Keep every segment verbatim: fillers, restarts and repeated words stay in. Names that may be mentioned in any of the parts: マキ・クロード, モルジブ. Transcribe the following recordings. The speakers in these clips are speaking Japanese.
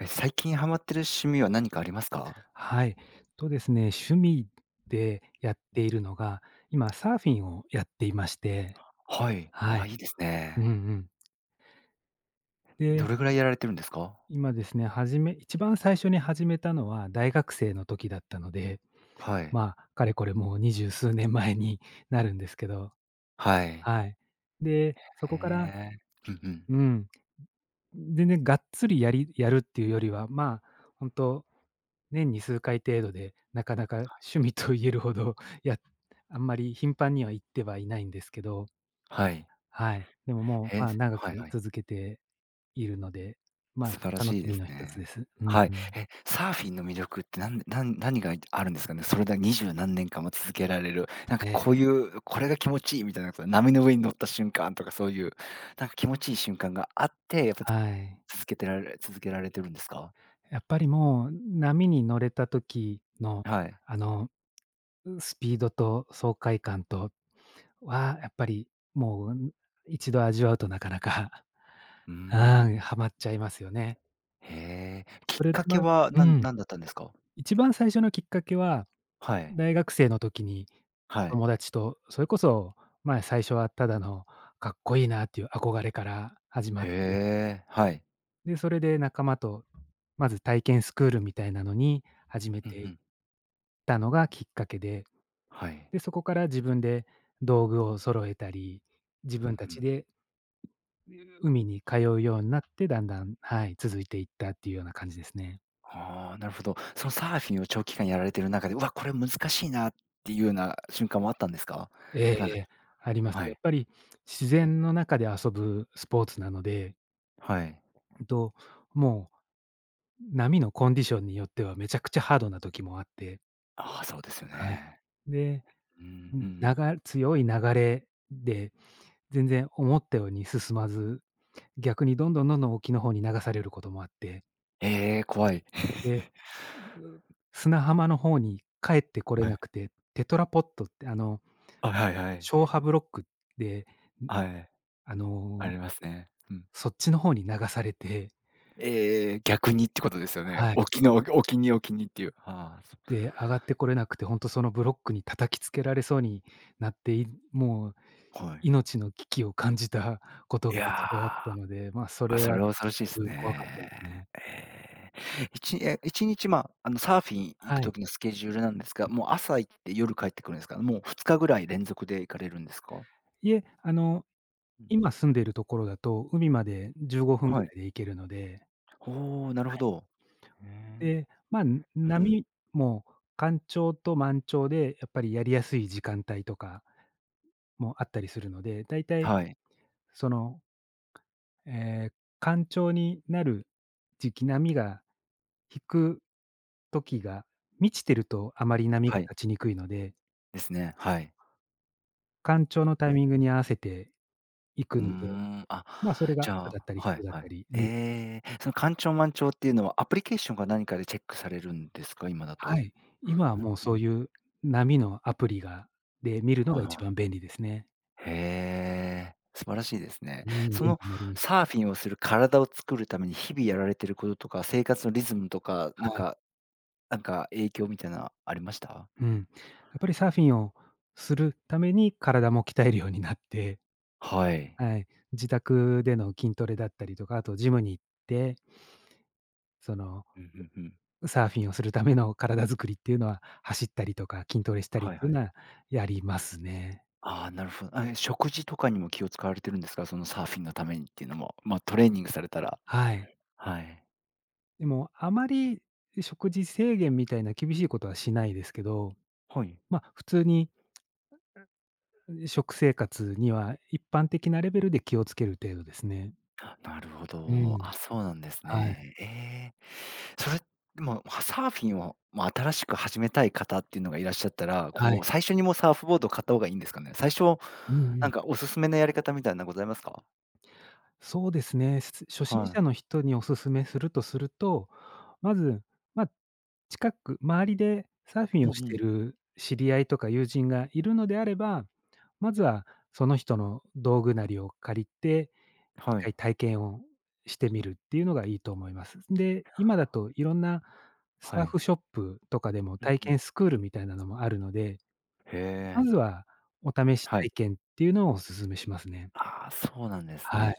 え、最近ハマってる趣味は何かありますか？はい。とですね、趣味でやっているのが、今サーフィンをやっていまして。はい。はああ、い。いいですうんうね。ん。で、どれぐらいやられてるんですか？今ですね、始め一番最初に始めたのは大学生の時だったので、はい。まあ、かれこれもう二十数年前になるんですけど。はい。はい。で、そこからへえ。うんうん。うん、全然がっつりやりやるっていうよりは、まあ、ほんと年に数回程度で、なかなか趣味と言えるほど、やあんまり頻繁には行ってはいないんですけど。はい。はい。でももう、え、まあ、長はいくはい。続けているので、ま素晴らあ、楽しいしでみすの一つね。です。うんはい。うん。え、サーフィンの魅力ってなんなん何があるんですかね？それだ二十何年間も続けられる、なんかええ、こういう、これが気持ちいいみたいな、こと。波の上に乗った瞬間とかそういう、なんか気持ちいい瞬間があって、やっぱつはい。続けてられ続けられてるんですか？やっぱりもう、波に乗れた時の、はい。あの、スピードと爽快感とは、やっぱりもう、一度味わうとなかなか、うー あん、ん。はまっちゃいますよね。へえ、きっそれかけははうなんん、なんだったんですか？一番最初のきっかけは、はい、大学生の時にはい。友達と、それこそ、まあ、最初はただのかっこいいなっていう憧れから始まっへて、え、はい。で、それで仲間と、まず体験スクールみたいなのに始めうんていうっん。たのがきっかけで、はい。で、そこから自分で道具を揃えたり、自うん分うたちん。で海に通うようになって、だんだん、はい、続いていったっていうような感じですね。ああ、なるほど。そのサーフィンを長期間やられてる中で、うわ、これ難しいなっていうような瞬間もあったんですか？ええなんえか、え、あります。はやっい、ぱり自然の中で遊ぶスポーツなので、はい。うんと、もう波のコンディションによってはめちゃくちゃハードな時もあって、ああ、そうですよはい。ね。で、ううんうん、なん。が強い流れで、全然思ったように進まず、逆にどんどんどんどん沖の方に流されることもあって、ええ、怖い。で、う砂浜の方に帰ってこれはない。くて、テトラポットってあの、あ、はいはい。消波ブロックで、はい、あの、ありますね。うん。そっちの方に流されて、ええ、逆にってことですよね。はい。沖の沖に沖にっていう。ああ、そで、上がってこれなくて、ほんとそのブロックに叩きつけられそうになって、いもうう、はい。い命の危機を感じたことがや。一度あったので、まあ、それあ、そはれだは恐ろしいでいすぶ怖かったですね。ね。ええ。いちえ、いちにち、まあ、あの、サーフィン行くはい。時のスケジュールなんですが、もう朝行って夜帰ってくるんですか？もうふつかぐらい連続で行かれるんですか？いえ、あの、うん。今住んでいるところだと、海までじゅうごふんぐはらい。いで行けるので、おお、なるほど。へで、え。まあ、うんうん。波も干潮と満潮でやっぱりやりやすい時間帯とかもあったりするので、だいたいはい。その、ええ、干潮になる時期、波が引く時が、満ちてるとあまり波がはい。立ちにくいので、ですね。はい。干潮のうタんイミンうグん。に合わせていくうーので、ん。あ、まあ、それがじ朝ゃあ、だったりは昼いだっはたい。り、うん、ええ、その干潮満潮っていうのはアプリケーションか何かでチェックされるんですか？今だはと。い、今はうんもううそうん。いう波のアプリがで見るのはがいは一番い。便利ですね。へえ、素晴らしいですね。うん、便そ利のになりました。サーフィンをする体を作るために日々やられてることとか、生活のリズムとか、なんはい。かなんか影響みたいなありました？うん。やっぱりサーフィンをするために体も鍛えるようになって、はい。はい、自宅での筋トレだったりとか、あとジムに行って、そのうんうんうん。サーフィンをするための体作りっていうのは、走ったりとか筋トレしたりっはいていはうい。のはやりますね。ああ、なるほど。あ、え、食事とかにも気を使われてるんですか？そのサーフィンのためにっていうのも、ま、トレーニングされたら。はい。はい。でも、あまり食事制限みたいな厳しいことはしないですけど、はい。まあ、普通に食生活には一般的なレベルで気をつける程度ですね。なるほうど。ん。あ、そうなんですはい、ね。ええ。それ、でも、サーフィンを、ま、新しく始めたい方っていうのがいらっしゃったら、はい。こう、最初にもうサーフボードを買った方がいいんですかね？最初、うんうなんかん、おすすめのやり方みたいなのございますか？そうですね。す初心は者のい。人にお勧めするとすると、まず、まあ、近く周りでサーフィうンんをうしてん。る知り合いとか友人がいるのであれば、まずはその人の道具なりを借りて、一はい。回体験をしてみるっていうのがいいと思います。で、今だといろんなサはーい。フショップとかでもうん体うん。験スクールみたいなのもあるので、へまえ。ずはお試しはい。体験っていうのをお勧めしますね。ああ、そうなんですはい。ね。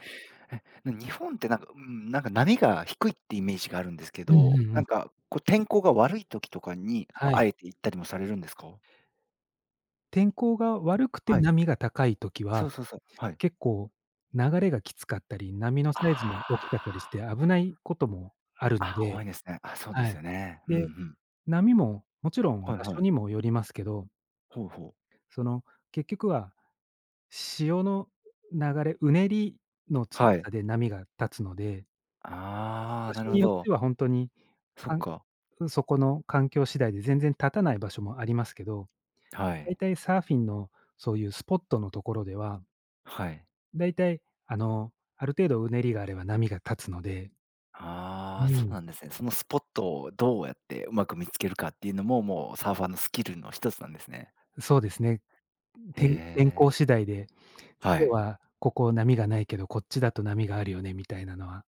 え、な日本ってなんか、うん、なんか波が低いってイメージがあるんですけうんうど、んうなん。んか、こう、天候が悪い時とかに、こはう、あい。えて行ったりもされるんですか？天候が悪くてはい。波が高い時は、そうそうそう。はい。結構流れがきつかったり、波のサイズもあ大きかったりしてあ。危ないこともあるのあ、で、多いですね。あ、そうではすい。よね。うんうで、ん。波ももちろんはい場は所い。にもよりますけど、ほうほう。その結局は潮の流れ、うねりの強はい。さで波が立つので、場ああ、な所るほによってど。は本当に、そっかんか。そこの環境次第で全然立たない場所もありますけど、は大い。体サーフィンのそういうスポットのところでははい。大体、あの、ある程度うねりがあれば波が立つので、うああ、そうん。なんですね。そのスポットをどうやってうまく見つけるかっていうのも、もうサーファーのスキルの一つなんですね。そうですね、天へ天候え。次第で、は今日い。はここ波がないけど、こっちだと波があるよねみたいなのは、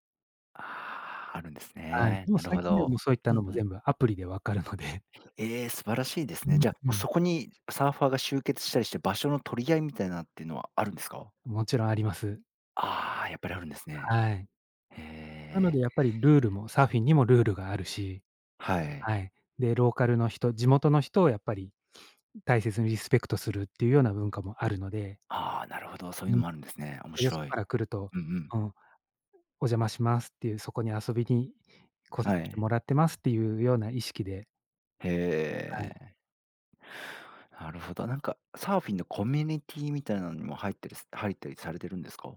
ああ、あるんですはい。ね。もうなる最ほ近ではもうど。そういったうのんもうん。全部アプリで分かるので。ええ、素晴らしいでうすね。ん、じゃあ、うん、そこにサーファーが集結したりして、場所の取り合いみたいなっていうのはあるんですか？もちろんあります。ああー、やっぱりあるんですね。はい。へなのえ。でやっぱりルールもサーフィンにもルールがあるし、はい。はい。で、ローカルの人、地元の人をやっぱり大切にリスペクトするっていうような文化もあるので、ああ、なるほど、そうういうん。のもあるんですね。面よそ白い。から来ると、うんうん。うん、お邪魔しますっていう、そこに遊びに来さはせてい。もらってますっていうような意識で。へはい。え。なるほど。なんか、サーフィンのコミュニティみたいなのにも入ってる入ったりされてるんですか？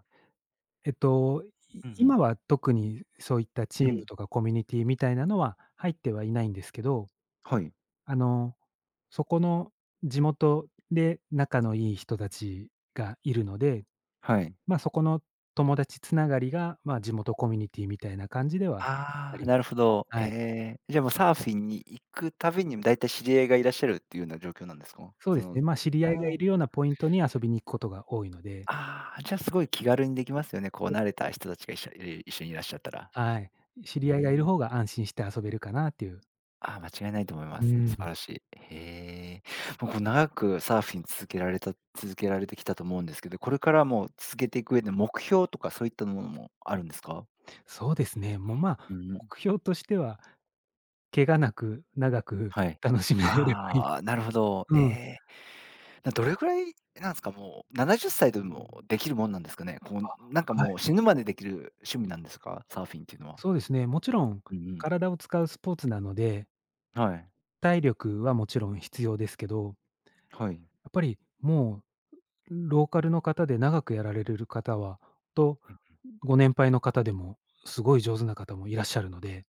えっと、いうんうん。今は特にそういったチうームん。とかコミュニティみたいなのは入ってはいないんですけど、はい。あの、そこの地元で仲のいい人たちがいるので、はい。まあ、そこの友達つながりが、まあ、地元コミュニティみたいな感じではあああ、りなるほど。はい。ええ。じゃあもうサーフィンに行くたびにだいたい知り合いがいらっしゃるっていうような状況なんですか？そうでそすの、ね、まあ、知りあ合ーいがあいー。るようなポイントに遊びに行くことが多いので。あ、じゃあすごい気軽にできますよね、こう慣れた人たちが一緒一緒にいらっしゃったら。はい。知うり合いがいるん。方が安心して遊べるかなっていう。ああ、間違いないと思いまうす。素晴ん。らしい。へえ。もうこう長くサーフィン続けられた続けられてきたと思うんですけど、これからも続けていく上で目標とかそういったものもあるんですか？そうですね、もう、まあ、うん、目標としては、怪我なく長くはい。楽しめればいいか。 あ あ、なるほど。えうん。え。などれぐらいなんすか、もうななじゅっさいでもできるもんなんですかね？こあ、う、なんかはもうい。死ぬまでできる趣味なんですか？サーフィンっていうのは。そうですね、もちろんうんうん。体を使うスポーツなので、はい。体力はもちろん必要ですけど、はい。やっぱりもうローカルの方で長くやられる方はと、うん。ご年配の方でもすごい上手な方もいらっしゃるので、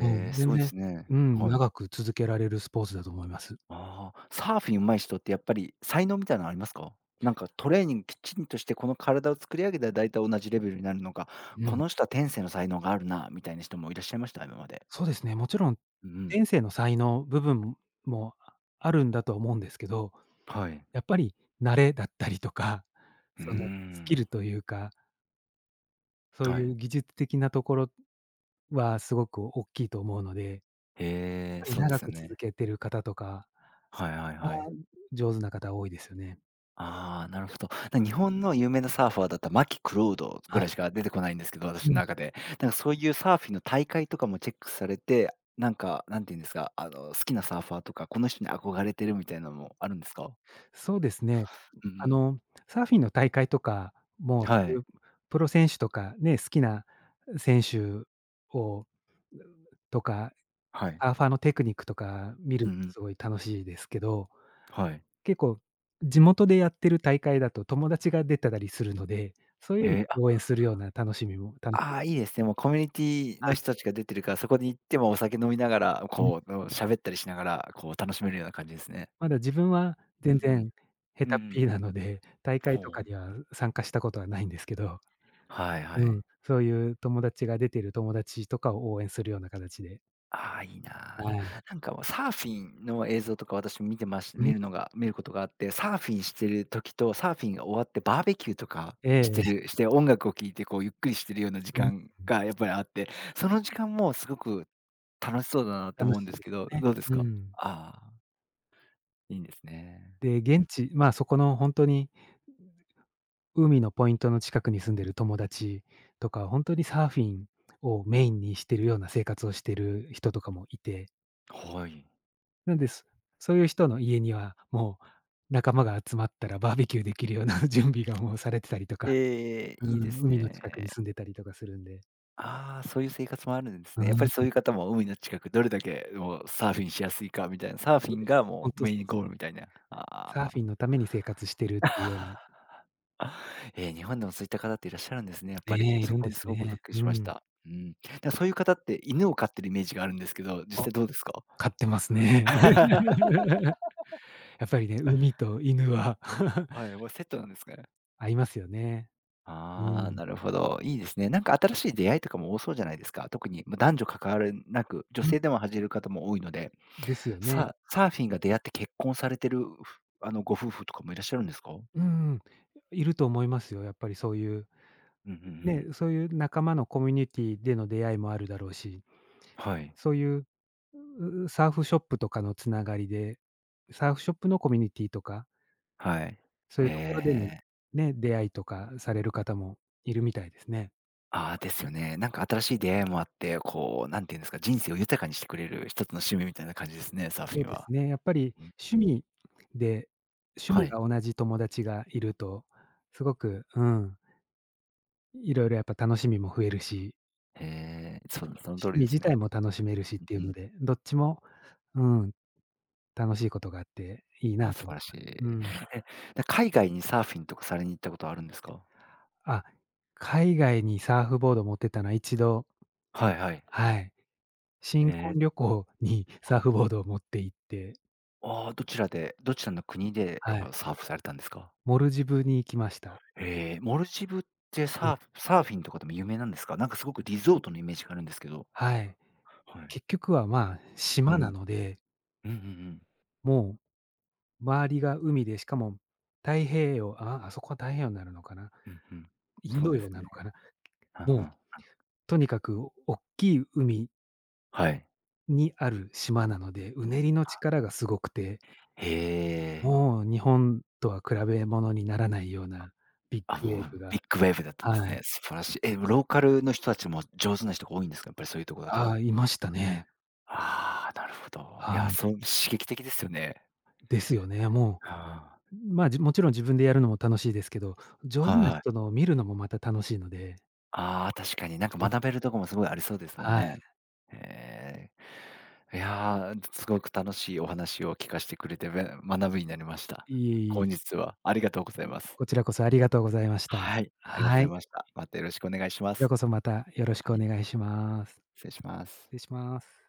うえ、ん、す全ごいで然すね。うん、はい。長く続けられるスポーツだと思います。ああ、サーフィン上手い人ってやっぱり才能みたいなのありますか？なんかトレーニングきちんとして、この体を作り上げたらだいたい同じレベルになるのか、うこん。の人は天性の才能があるなみたいな人もいらっしゃいました？今まで。そうですね、もちろん、うんうん。天性の才能部分もあるんだとは思うんですけど、はい。やっぱり慣れだったりとか、うーそのスキん。ルというか、そうはいい。う技術的なところはすごく大きいと思うので、やっへえ、ぱりそうで長すよく続ね。けてる方とかはいはいは、はい。上手な方多いですよね。ああ、なるほど。なん日本の有名なサーファーだったマキ・クロードぐらいはしか出てこないんですけど、い、私うのん。中で。なんかそういうサーフィンの大会とかもチェックされて、なんか、なんていうんですか、あの、好きなサーファーとか、この人に憧れてるみたいなのもあるんですか？そうですね。うんうあん。の、サーフィンの大会とかも、そはういい。うプロ選手とかね、好きな選手をとかはい。サーファーのテクニックとか見るうんのうん。すごい楽しいですけど、はい。結構地元でやってる大会だと友達が出てたりするので、そういうのへえ、あ、を応援するような楽しみも楽しみああ、いいですね。もうコミュニティあ、の人たちが出てるから、そこに行ってもお酒飲みながら、うん、こう、喋ったりしながら、こう楽しめるような感じですね。まだ自分はう全ん然下うん。う手っんうん。ぴなので、大会とかほにう。は参加したことはないんですけど、はいはうい。ん、そういう友達が出てる友達とかを応援するような形で、ああ、いいなあ。なはい。なんかもうサーフィンの映像とか私見てましう見ん、るのが見ることがあって、サーフィンしてる時と、サーフィンが終わってバーベキューとかしえてえ、るして音楽を聴いてこうゆっくりしてるような時うん、間がやっぱりあって、その時間もすごく楽しそうだなって楽思うんしでいすでけど、すよね。どうですうか？ん。ああ、いいんですね。で、う現ん、地まあ、そこのほんとに海のポイントの近くに住んでる友達とか、本当にサーフィンをメインにしてるような生活をしてる人とかもいて、はい。なんです。そういう人の家には、もう仲間が集まったらバーベキューできるような 準備がもうされてたりとか、ええ、ういいでん、す海の近くにね。住んでたりとかするんで。ああ、そういう生活もあるんですうね。やっぱん、りそそういう方も海の近く、どれだけもうサーフィンしやすいかみたいな、サーフうィンです。が本もう当メそイうンそゴう。ールみたいな。サーあフあ。ィンのために生活してるっていうような、えー、日本でもそういった方っていらっしゃるんですね、やっぱり。ねえ、いそるんこでにすすごくびね。っくりしうましん。た。うん。だ、そういう方って犬を飼ってるイメージがあるんですけど、実あ、際どうですか？飼ってますね。やっぱりね、海と犬は はい、もうセットなんですかね。合いますよね。うああ、ん。なるほど、いいですね。なんか新しい出会いとかも多そうじゃないですか。特に、ま、男女関わらなく、女うん、性でも始める方も多いので。ですよね。ササーフィンが出会って結婚されてる、ふあの、ご夫婦とかもいらっしゃるんですか？うんうんですよねうんいると思いますよ、やっぱりそういう、うんうんうね、ん。そういう仲間のコミュニティでの出会いもあるだろうし、はい、そういう、ううサーフショップとかのつながりで、サーフショップのコミュニティとか、はい。そういうところへでのえ。ね、出会いとかされる方もいるみたいですね。ああ、ですよね。なんか新しい出会いもあって、こう、なんていうんですか、人生を豊かにしてくれる一つの趣味みたいな感じですね、サーフそうィンでは。すね、やっぱりうんう趣ん。味で趣は味い。が同じ友達がいると、すごく、うん、いろいろやっぱ楽しみも増えるしへえ、そう、その通趣り味です自ね。体も楽しめるしっていううんうのん。で、どっちも、うん、楽しいことがあっていいなあ、と素晴思いらましい。す。うえ、ん。で海外にサーフィンとかされに行ったことあるんですか？あ、海外にサーフボード持ってたのは一度、はいはい。はい、へ新え。婚旅行に サあ。ーフボードを持って行って、ああ、どちらでどちらの国で、やっはい、ぱサーフされたんですか？モルジブに行きました。えー、モルジブってうん。サーフサーフィンとかでも有名なんですか？なんかすごくリゾートのイメージがあるんですけど。はい。はい。結局は、まあ、うん。島なので、うんうんうん。もう周りが海で、しかも太平洋あ、あそこは太平洋になるのかな、うんうん。インそうドです洋なね。のかな、はんもうは。とにかくおっきい海はい。にある島なので、うねりの力がすごくて、へえ。もう日本とは比べ物にならないようなビッあ、グウもェーブうが、ビッグウェーブだったんですはい。ね。素晴らしい。え、ローカルの人たちも上手な人が多いんですか？やっぱりそういうとこだあと。あ、いましたね。ああ、なるほど。いはや、い。そう、刺激的ですよね。ですよね。もああ。う、まあ、じもちろん自分でやるのも楽しいですけど、上手なは人い。のを見るのもまた楽しいので。ああ、確かになんか学べるとこもすごいありそうですもんはい。ね。へえ。いやー、すごく楽しいお話を聞かしてくれて、べ学びになりました。いえい本え、日はありがとうございます。こちらこそありがとうございました。はい、ありがとうごはざいい。ました。またよろしくお願いしこまちらす。こそまたよろしはくおい、願いします。失礼しま失す。礼します。